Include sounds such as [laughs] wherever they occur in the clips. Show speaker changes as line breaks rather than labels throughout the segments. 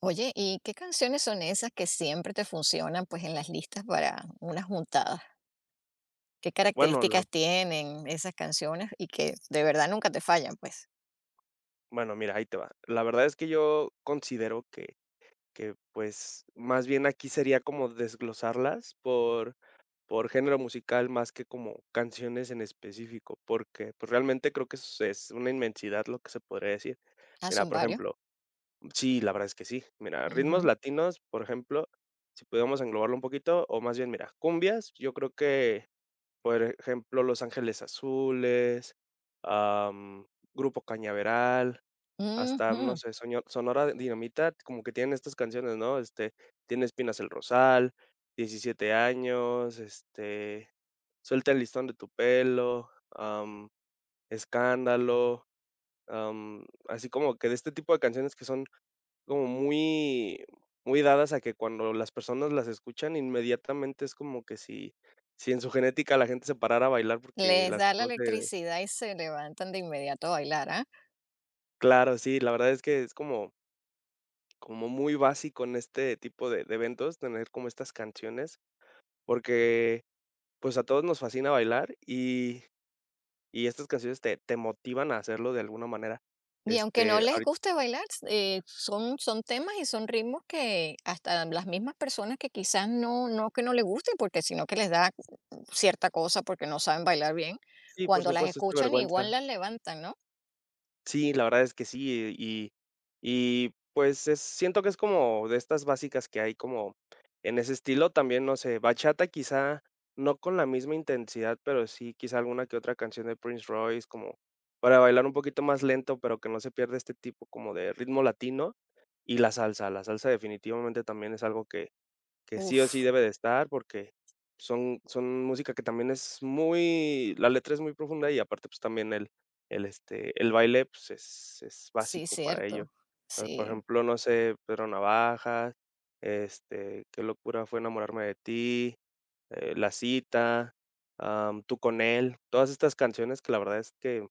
Oye, ¿y qué canciones son esas que siempre te funcionan, pues, en las listas para unas juntadas? ¿Qué
Bueno, la
características tienen esas canciones y que de verdad nunca te fallan, pues?
bueno, mira, ahí te va. La verdad es que yo considero pues, más bien aquí sería como desglosarlas por género musical más que como canciones en específico, porque, pues, realmente creo que es una inmensidad lo que se podría decir.
Ah,
Mira,
son
por
varios.
ejemplo, sí, la verdad es que sí. Mira, ritmos
Ujú,
latinos, por ejemplo, si pudiéramos englobarlo un poquito, o más bien, mira, cumbias, yo creo que, por ejemplo, Los Ángeles Azules, am, Grupo Cañaveral, hasta, no
ujú.
sé, soño Sonora Dinamita, como que tienen estas canciones, ¿no? Este, Tiene espinas el rosal, 17 años, este, Suelta el listón de tu pelo, Escándalo, así como que de este tipo de canciones que son como muy dadas a que cuando las personas las escuchan, inmediatamente es como que si en su genética la gente se parara a bailar porque
Les
las
da la
conoce.
electricidad y se levantan de inmediato a bailar, ¿ah?
Claro, sí, la verdad es que es como como muy básico en este tipo de eventos, tener como estas canciones, porque, pues, a todos nos fascina bailar y estas canciones te motivan a hacerlo de alguna manera.
Y aunque no
Este,
les
ahorita
guste bailar, son, son temas y son ritmos que hasta las mismas personas que quizás no, no que no les gusten, porque sino que les da cierta cosa porque no saben bailar bien,
sí, por
cuando las
supuesto, esta
escuchan igual
vergüenza.
las levantan, ¿no?
Sí, la verdad es que sí, y pues, es siento que es como de estas básicas que hay como en ese estilo, también, no sé, bachata quizá no con la misma intensidad, pero sí quizá alguna que otra canción de Prince Royce, como para bailar un poquito más lento, pero que no se pierda este tipo como de ritmo latino, y la salsa definitivamente también es algo que sí o sí
Uf,
debe de estar, porque son música que también es muy la letra es muy profunda y aparte, pues, también el baile, pues, es
sí,
básico para ello.
cierto.
Ah, por
Sí,
ejemplo, no sé, Pedro Navajas, este, Qué locura fue enamorarme de ti, La cita, Tú con él, todas estas canciones que la verdad es que,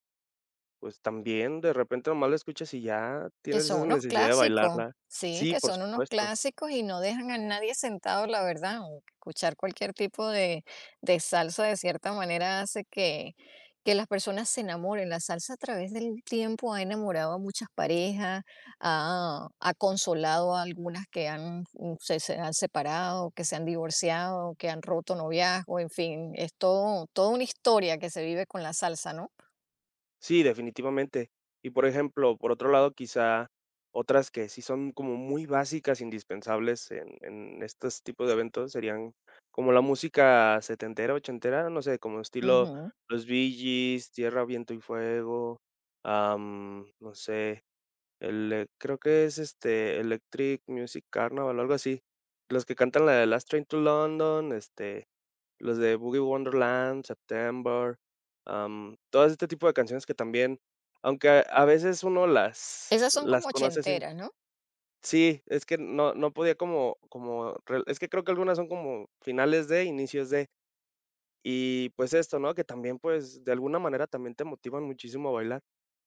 pues, también de repente nomás la escuchas y ya
que
tienes
son
esa
unos
necesidad de
clásicos.
bailarla.
Sí,
Sí,
que
por
son unos
supuesto.
clásicos y no dejan a nadie sentado, la verdad. Aunque escuchar cualquier tipo de salsa de cierta manera hace que las personas se enamoren. La salsa a través del tiempo ha enamorado a muchas parejas, ha, ha consolado a algunas que han, se, se han separado, que se han divorciado, que han roto noviazgo, en fin, es todo, toda una historia que se vive con la salsa, ¿no?
Sí, definitivamente. Y por ejemplo, por otro lado, quizá otras que sí son como muy básicas, indispensables en estos tipos de eventos serían como la música setentera, ochentera, no sé, como estilo
Ujú.
los Bee Gees, Tierra, Viento y Fuego, no sé, creo que es este Electric Music Carnival o algo así. Los que cantan la de Last Train to London, este, los de Boogie Wonderland, September, todo este tipo de canciones que también, aunque a veces uno las
Esas son como
las conoce así.
ochenteras, ¿no?
Sí, es que no podía como como re es que creo que algunas son como finales de, inicios de, y pues esto, ¿no? Que también, pues, de alguna manera también te motivan muchísimo a bailar.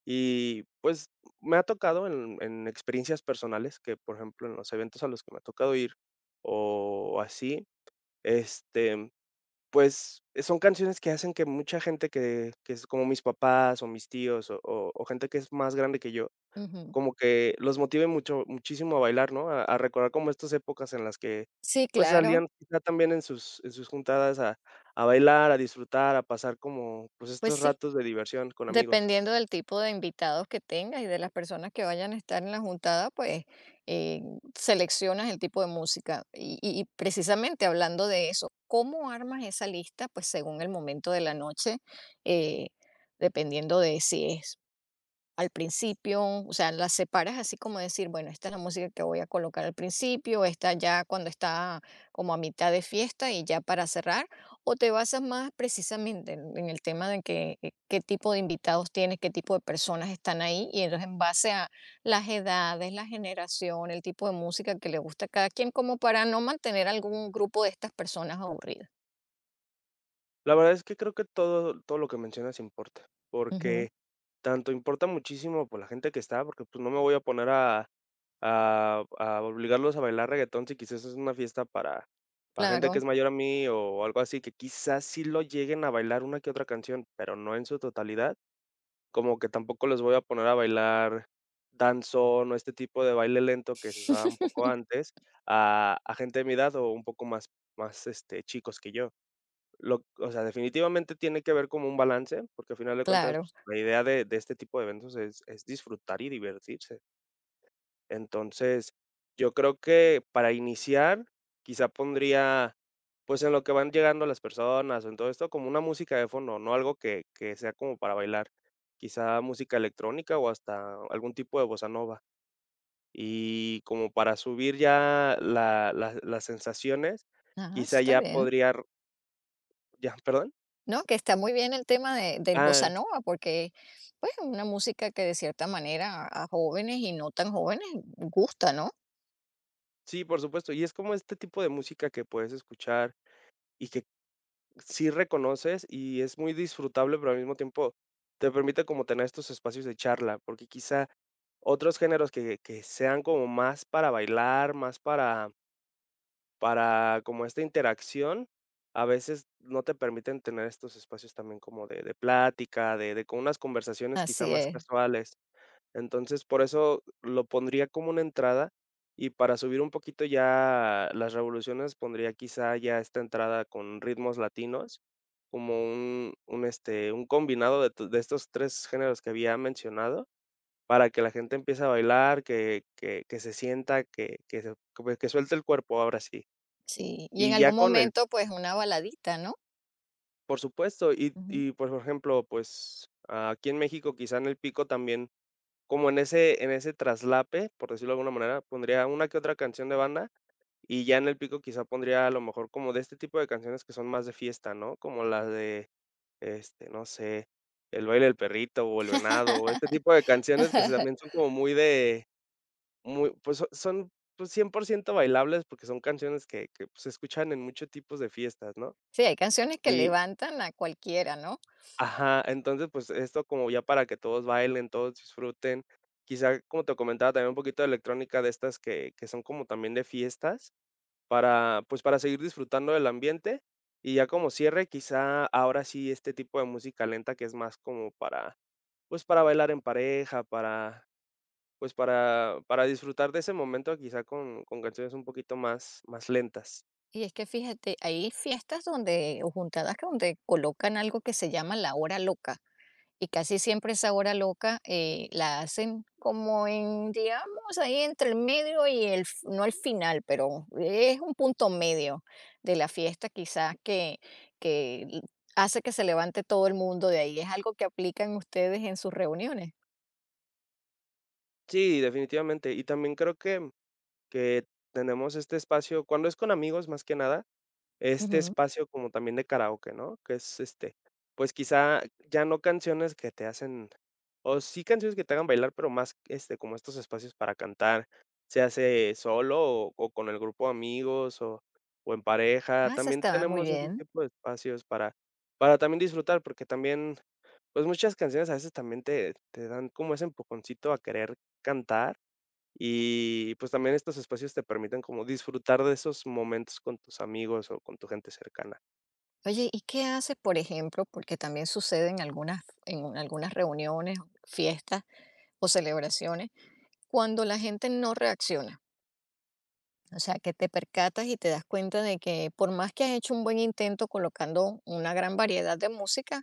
Y, pues, me ha tocado en experiencias personales que, por ejemplo, en los eventos a los que me ha tocado ir o así, este, pues, son canciones que hacen que mucha gente que es como mis papás, o mis tíos, o gente que es más grande que yo,
Ujú.
como que los motive mucho muchísimo a bailar, ¿no? A recordar como estas épocas en las que,
Sí,
pues,
claro,
salían quizá también en sus juntadas a bailar, a disfrutar, a pasar como, pues,
pues
estos
sí,
ratos de diversión con amigos.
dependiendo del tipo de invitados que tengas y de las personas que vayan a estar en la juntada, pues, eh, seleccionas el tipo de música. Y precisamente hablando de eso, ¿cómo armas esa lista? Pues, según el momento de la noche, eh, dependiendo de si es al principio, o sea, las separas así como decir, bueno, esta es la música que voy a colocar al principio, esta ya cuando está como a mitad de fiesta y ya para cerrar, o te basas más precisamente en el tema de que, qué tipo de invitados tienes, qué tipo de personas están ahí, y entonces en base a las edades, la generación, el tipo de música que le gusta a cada quien, como para no mantener algún grupo de estas personas aburridas.
La verdad es que creo que todo lo que mencionas importa,
Ujú,
porque tanto importa muchísimo, por la gente que está, porque, pues, no me voy a poner a obligarlos a bailar reggaetón si quizás es una fiesta para gente que
claro,
es mayor a mí o algo así, que quizás sí lo lleguen a bailar una que otra canción, pero no en su totalidad. Como que tampoco los voy a poner a bailar danzón o este tipo de baile lento que se usaba un poco antes, a gente de mi edad o un poco más, chicos que yo. Lo O sea, definitivamente tiene que haber como un balance, porque al final de cuentas,
claro.
pues, la idea de este tipo de eventos es disfrutar y divertirse. Entonces, yo creo que para iniciar, quizá pondría, pues, en lo que van llegando las personas o en todo esto, como una música de fondo, no algo que sea como para bailar, quizá música electrónica o hasta algún tipo de bossa nova. Y como para subir ya la la las sensaciones,
Ah, eso
quizá
está
ya
bien.
podría. ¿Ya? [laughs] ¿Perdón?
No, que está muy bien el tema de del bossa
Ah.
nova, porque, pues, es una música que de cierta manera a jóvenes y no tan jóvenes gusta, ¿no?
Sí, por supuesto. Y es como este tipo de música que puedes escuchar y que sí reconoces y es muy disfrutable, pero al mismo tiempo te permite como tener estos espacios de charla, porque quizá otros géneros que sean como más para bailar, más para como esta interacción, a veces no te permiten tener estos espacios también como de plática, de con unas conversaciones quizá
Así
más
es,
casuales. Entonces, por eso lo pondría como una entrada, y para subir un poquito ya las revoluciones, pondría quizá ya esta entrada con ritmos latinos, como un combinado de to de estos 3 géneros que había mencionado, para que la gente empiece a bailar, que se sienta, que se como que suelte el cuerpo, ahora sí.
sí. Y en
Y ya
algún
con el
momento, pues, una baladita, ¿no?
por supuesto, y
Ujú.
y, pues, por ejemplo, pues, aquí en México, quizá en el pico también como en ese traslape, por decirlo de alguna manera, pondría una que otra canción de banda, y ya en el pico quizá pondría a lo mejor como de este tipo de canciones que son más de fiesta, ¿no? Como las de, no sé, El baile del perrito o El venado, o este tipo de canciones que se también son como muy de muy, pues, son, pues, 100% bailables porque son canciones que, pues, se escuchan en muchos tipos de fiestas, ¿no?
Sí, hay canciones que levantan a cualquiera, ¿no?
Ajá, entonces, pues, esto como ya para que todos bailen, todos disfruten. Quizá, como te comentaba, también un poquito de electrónica de estas que son como también de fiestas para, pues, para seguir disfrutando del ambiente. Y ya como cierre, quizá ahora sí este tipo de música lenta que es más como para, pues, para bailar en pareja, para, pues, para disfrutar de ese momento, quizá con canciones un poquito más lentas.
Y es que fíjate, hay fiestas donde o juntadas que donde colocan algo que se llama la hora loca. Y casi siempre esa hora loca, la hacen como en, digamos, ahí entre el medio y el, no el final, pero es un punto medio de la fiesta quizás que, que l- hace que se levante todo el mundo de ahí. Es algo que aplican ustedes en sus reuniones.
Sí, definitivamente. Y también creo que tenemos este espacio, cuando es con amigos, más que nada este
Ujú.
espacio como también de karaoke, ¿no? Que es, pues, quizá ya no canciones que te hacen o sí canciones que te hagan bailar, pero más, como estos espacios para cantar, se hace solo o con el grupo de amigos o en pareja.
Ah, esa
También
estaba muy
tenemos ese
bien.
tipo de espacios para también disfrutar, porque también, pues, muchas canciones a veces también te dan como ese empujoncito a querer cantar. Y, pues, también estos espacios te permiten como disfrutar de esos momentos con tus amigos o con tu gente cercana.
Oye, ¿y qué haces, por ejemplo? Porque también sucede en algunas reuniones, fiestas o celebraciones, cuando la gente no reacciona. O sea, que te percatas y te das cuenta de que por más que has hecho un buen intento colocando una gran variedad de música,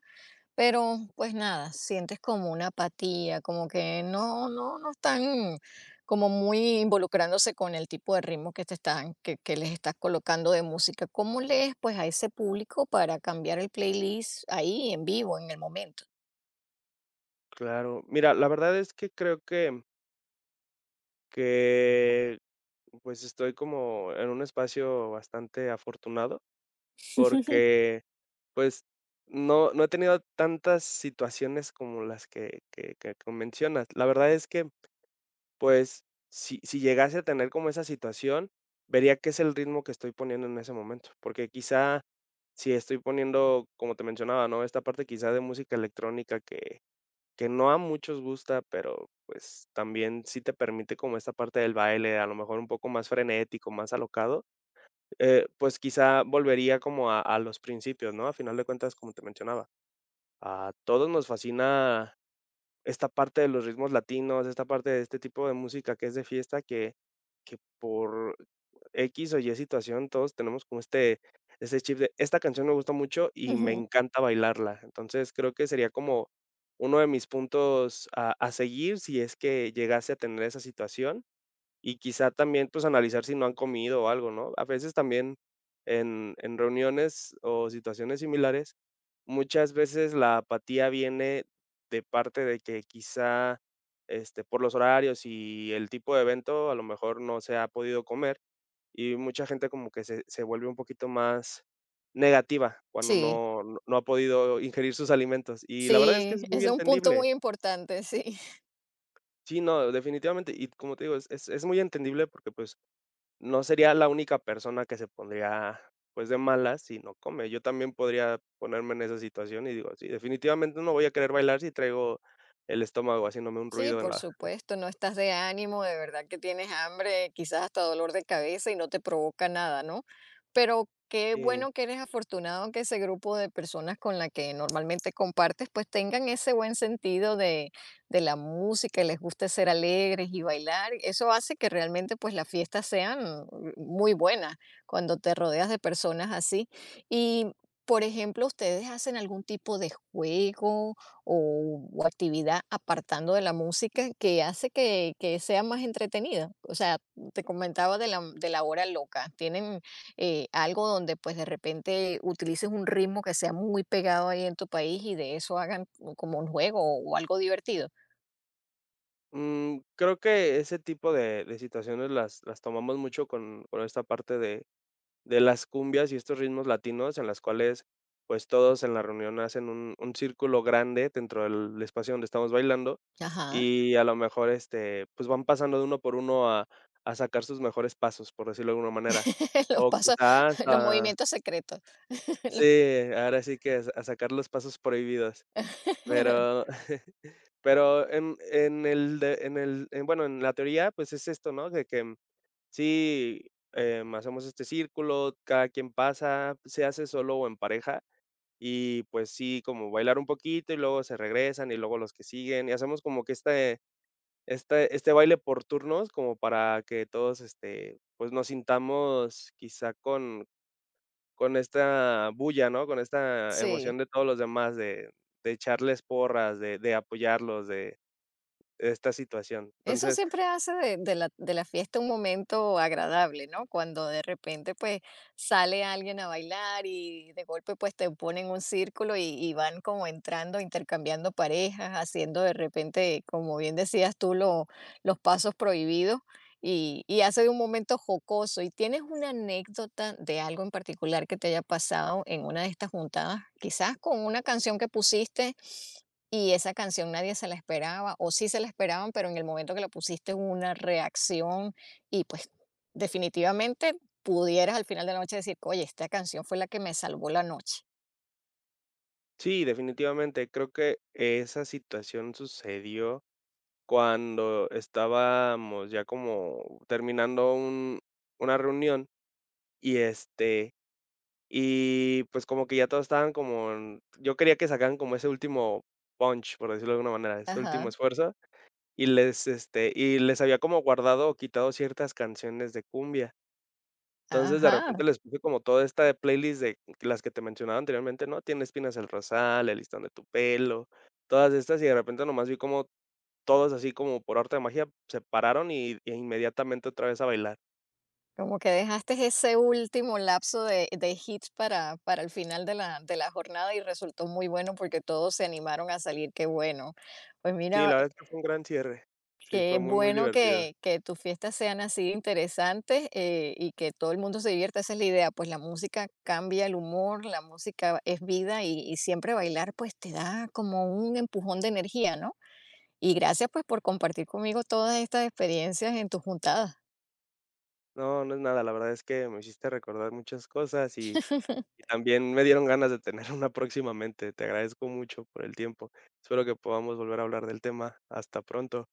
pero pues nada, sientes como una apatía, como que no, no, no están como muy involucrándose con el tipo de ritmo que te están, que les estás colocando de música. ¿Cómo lees pues a ese público para cambiar el playlist ahí en vivo, en el momento?
Claro. Mira, la verdad es que creo que, pues, estoy como en un espacio bastante afortunado,
[laughs]
porque, pues, no he tenido tantas situaciones como las que mencionas. La verdad es que, pues, si llegase a tener como esa situación, vería qué es el ritmo que estoy poniendo en ese momento, porque quizá si estoy poniendo, como te mencionaba, ¿no? Esta parte quizá de música electrónica que no a muchos gusta, pero pues también sí te permite como esta parte del baile, a lo mejor un poco más frenético, más alocado, pues quizá volvería como a los principios, ¿no? A final de cuentas, como te mencionaba, a todos nos fascina esta parte de los ritmos latinos, esta parte de este tipo de música que es de fiesta que por X o Y situación todos tenemos como este chip de: "Esta canción me gusta mucho y me
Ujú.
encanta bailarla". Entonces, creo que sería como uno de mis puntos a seguir si es que llegase a tener esa situación. Y quizá también, pues, analizar si no han comido o algo, ¿no? A veces también en reuniones o situaciones similares, muchas veces la apatía viene de parte de que quizá, por los horarios y el tipo de evento, a lo mejor no se ha podido comer, y mucha gente como que se vuelve un poquito más negativa cuando
Sí,
no ha podido ingerir sus alimentos. Y la verdad es que
sí,
es muy
ese es un punto
entendible.
muy importante, [laughs] sí.
Sí, no, definitivamente. Y como te digo, es muy entendible porque, pues, no sería la única persona que se pondría, pues, de malas si no come. Yo también podría ponerme en esa situación y digo, sí, definitivamente no voy a querer bailar si traigo el estómago haciéndome un
Sí,
ruido en
por
la.
supuesto, no estás de ánimo, de verdad que tienes hambre, quizás hasta dolor de cabeza y no te provoca nada, ¿no? Pero qué
Sí.
bueno que eres afortunado que ese grupo de personas con la que normalmente compartes, pues tengan ese buen sentido de la música, y les guste ser alegres y bailar. Eso hace que realmente pues las fiestas sean muy buenas cuando te rodeas de personas así. Y, por ejemplo, ¿ustedes hacen algún tipo de juego? O, o actividad apartando de la música que hace que sea más entretenida. O sea, te comentaba de la hora loca. ¿Tienen algo donde pues de repente utilices un ritmo que sea muy pegado ahí en tu país y de eso hagan como un juego o, algo divertido?
Mm, creo que ese tipo de situaciones las tomamos mucho con esta parte de las cumbias y estos ritmos latinos en las cuales, pues, todos en la reunión hacen un círculo grande dentro del espacio donde estamos bailando,
Ajá,
y a lo mejor, pues, van pasando de uno por uno a sacar sus mejores pasos, por decirlo de alguna manera.
[laughs] los
O
pasos,
quizás
los
a
movimientos secretos. [laughs] Los-
Sí, ahora sí que a sacar los pasos prohibidos.
[laughs]
Pero [laughs] pero en el de en el en bueno, en la teoría, pues, es esto, ¿no? De que sí, hacemos este círculo, cada quien pasa, se hace solo o en pareja, y pues sí, como bailar un poquito y luego se regresan y luego los que siguen, y hacemos como que este baile por turnos, como para que todos pues nos sintamos quizá con esta bulla, ¿no? Con esta
sí.
emoción de todos los demás, de echarles porras, de apoyarlos, de esta situación.
Eso
Entonces,
siempre hace de la fiesta un momento agradable, ¿no? Cuando de repente pues sale alguien a bailar y de golpe pues te ponen un círculo y van como entrando, intercambiando parejas, haciendo de repente, como bien decías tú, los pasos prohibidos y hace de un momento jocoso. ¿Y tienes una anécdota de algo en particular que te haya pasado en una de estas juntadas? Quizás con una canción que pusiste y esa canción nadie se la esperaba, o sí se la esperaban, pero en el momento que la pusiste hubo una reacción y pues definitivamente pudieras al final de la noche decir, oye, esta canción fue la que me salvó la noche.
sí, definitivamente, creo que esa situación sucedió cuando estábamos ya como terminando un una reunión y, este, y, pues, como que ya todos estaban como en yo quería que sacaran como ese último punch, por decirlo de alguna manera, ese último
Ajá,
esfuerzo, y les, y les había como guardado o quitado ciertas canciones de cumbia. Entonces, de
ajá.
repente les puse como toda esta de playlist de las que te mencionaba anteriormente, ¿no? Tiene espinas el rosal, el listón de tu pelo, todas estas, y de repente nomás vi como todos así como por arte de magia se pararon y inmediatamente otra vez a bailar.
Como que dejaste ese último lapso de hits para el final de la jornada y resultó muy bueno porque todos se animaron a salir. Qué bueno. Pues
Sí,
mira,
la verdad es que fue un gran cierre. Sí,
qué
fue muy, muy
bueno
divertido.
que tus fiestas sean así de interesantes y que todo el mundo se divierta, esa es la idea, pues la música cambia el humor, la música es vida y siempre bailar pues te da como un empujón de energía, ¿no? Y gracias pues por compartir conmigo todas estas experiencias en tus juntadas.
No, no es nada, la verdad es que me hiciste recordar muchas cosas y también me dieron ganas de tener una próximamente. Te agradezco mucho por el tiempo. Espero que podamos volver a hablar del tema. Hasta pronto.